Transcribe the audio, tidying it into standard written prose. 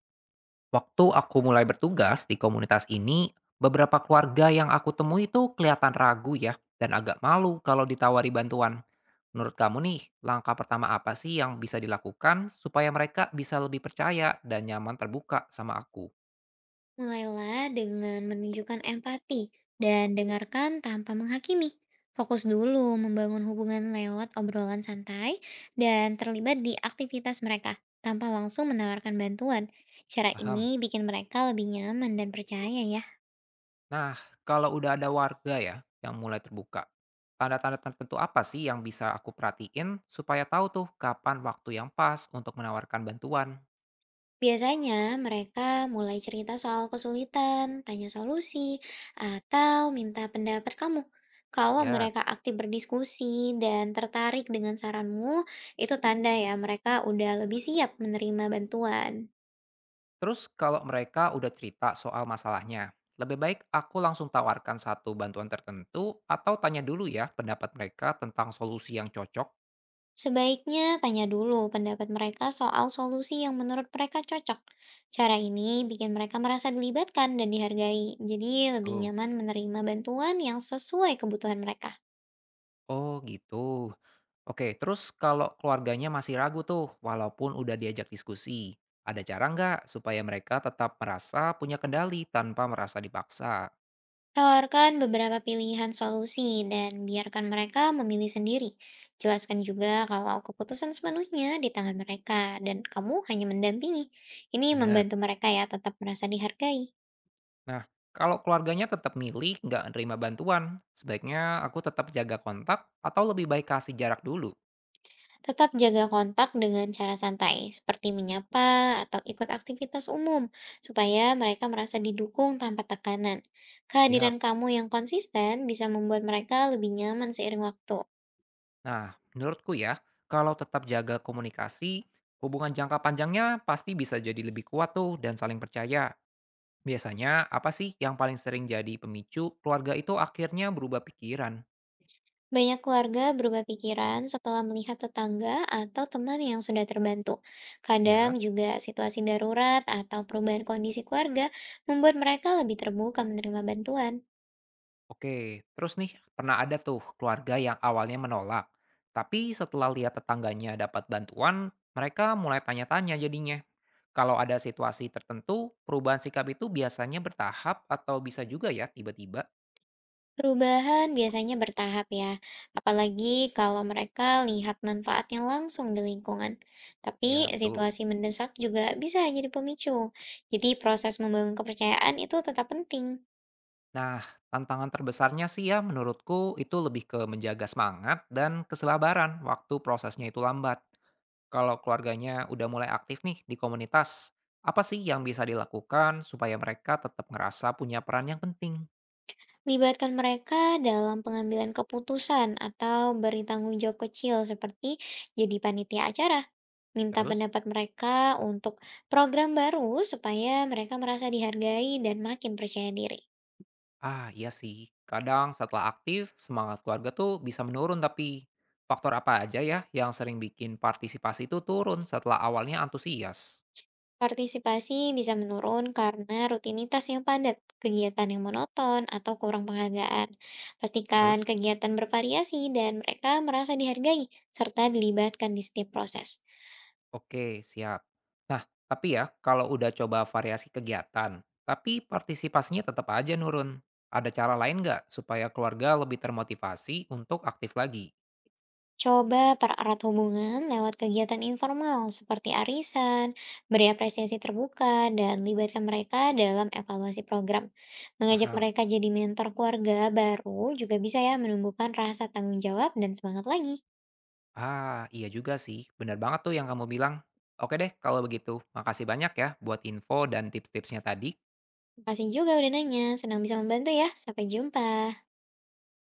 Waktu aku mulai bertugas di komunitas ini, beberapa keluarga yang aku temui itu kelihatan ragu ya, dan agak malu kalau ditawari bantuan. Menurut kamu nih, langkah pertama apa sih yang bisa dilakukan supaya mereka bisa lebih percaya dan nyaman terbuka sama aku? Mulailah dengan menunjukkan empati dan dengarkan tanpa menghakimi. Fokus dulu membangun hubungan lewat obrolan santai dan terlibat di aktivitas mereka tanpa langsung menawarkan bantuan. Cara Paham? ini bikin mereka lebih nyaman dan percaya ya. Nah, kalau udah ada warga ya yang mulai terbuka, tanda-tanda tertentu apa sih yang bisa aku perhatiin supaya tahu tuh kapan waktu yang pas untuk menawarkan bantuan? Biasanya mereka mulai cerita soal kesulitan, tanya solusi, atau minta pendapat kamu. Kalau Ya. mereka aktif berdiskusi dan tertarik dengan saranmu, itu tanda ya mereka udah lebih siap menerima bantuan. Terus kalau mereka udah cerita soal masalahnya, lebih baik aku langsung tawarkan satu bantuan tertentu atau tanya dulu ya pendapat mereka tentang solusi yang cocok? Sebaiknya tanya dulu pendapat mereka soal solusi yang menurut mereka cocok. Cara ini bikin mereka merasa dilibatkan dan dihargai, jadi lebih Oh, nyaman menerima bantuan yang sesuai kebutuhan mereka. Oh gitu. Oke, terus kalau keluarganya masih ragu tuh walaupun udah diajak diskusi, ada cara nggak supaya mereka tetap merasa punya kendali tanpa merasa dipaksa? Tawarkan beberapa pilihan solusi dan biarkan mereka memilih sendiri. Jelaskan juga kalau keputusan sepenuhnya di tangan mereka dan kamu hanya mendampingi. Ini Benar. membantu mereka ya tetap merasa dihargai. Nah, kalau keluarganya tetap milih nggak nerima bantuan, sebaiknya aku tetap jaga kontak atau lebih baik kasih jarak dulu? Tetap jaga kontak dengan cara santai seperti menyapa atau ikut aktivitas umum supaya mereka merasa didukung tanpa tekanan. Kehadiran Siap. kamu yang konsisten bisa membuat mereka lebih nyaman seiring waktu. Nah, menurutku ya, kalau tetap jaga komunikasi, hubungan jangka panjangnya pasti bisa jadi lebih kuat tuh dan saling percaya. Biasanya apa sih yang paling sering jadi pemicu keluarga itu akhirnya berubah pikiran? Banyak keluarga berubah pikiran setelah melihat tetangga atau teman yang sudah terbantu. Kadang Ya, juga situasi darurat atau perubahan kondisi keluarga membuat mereka lebih terbuka menerima bantuan. oke. Terus nih, pernah ada tuh keluarga yang awalnya menolak. Tapi setelah lihat tetangganya dapat bantuan, mereka mulai tanya-tanya jadinya. Kalau ada situasi tertentu, perubahan sikap itu biasanya bertahap atau bisa juga ya tiba-tiba. Perubahan biasanya bertahap ya, apalagi kalau mereka lihat manfaatnya langsung di lingkungan. Tapi Ya, betul. situasi mendesak juga bisa jadi pemicu. Jadi proses membangun kepercayaan itu tetap penting. Nah, tantangan terbesarnya sih ya menurutku itu lebih ke menjaga semangat dan kesabaran waktu prosesnya itu lambat. Kalau keluarganya udah mulai aktif nih di komunitas, apa sih yang bisa dilakukan supaya mereka tetap ngerasa punya peran yang penting? Libatkan mereka dalam pengambilan keputusan atau beri tanggung jawab kecil seperti jadi panitia acara. Minta Terus, pendapat mereka untuk program baru supaya mereka merasa dihargai dan makin percaya diri. ah, iya sih. Kadang setelah aktif, semangat keluarga tuh bisa menurun tapi faktor apa aja ya yang sering bikin partisipasi itu turun setelah awalnya antusias? Partisipasi bisa menurun karena rutinitas yang padat, kegiatan yang monoton, atau kurang penghargaan. Pastikan Terus? kegiatan bervariasi dan mereka merasa dihargai serta dilibatkan di setiap proses. Oke, siap. Nah, tapi ya kalau udah coba variasi kegiatan, tapi partisipasinya tetap aja nurun. Ada cara lain nggak supaya keluarga lebih termotivasi untuk aktif lagi? Coba pererat hubungan lewat kegiatan informal seperti arisan, beri apresiasi terbuka, dan libatkan mereka dalam evaluasi program. Mengajak Paham? mereka jadi mentor keluarga baru juga bisa ya menumbuhkan rasa tanggung jawab dan semangat lagi. Ah, iya juga sih. Bener banget tuh yang kamu bilang. Oke deh, kalau begitu. Makasih banyak ya buat info dan tips-tipsnya tadi. Terima kasih juga udah nanya, senang bisa membantu ya. Sampai jumpa.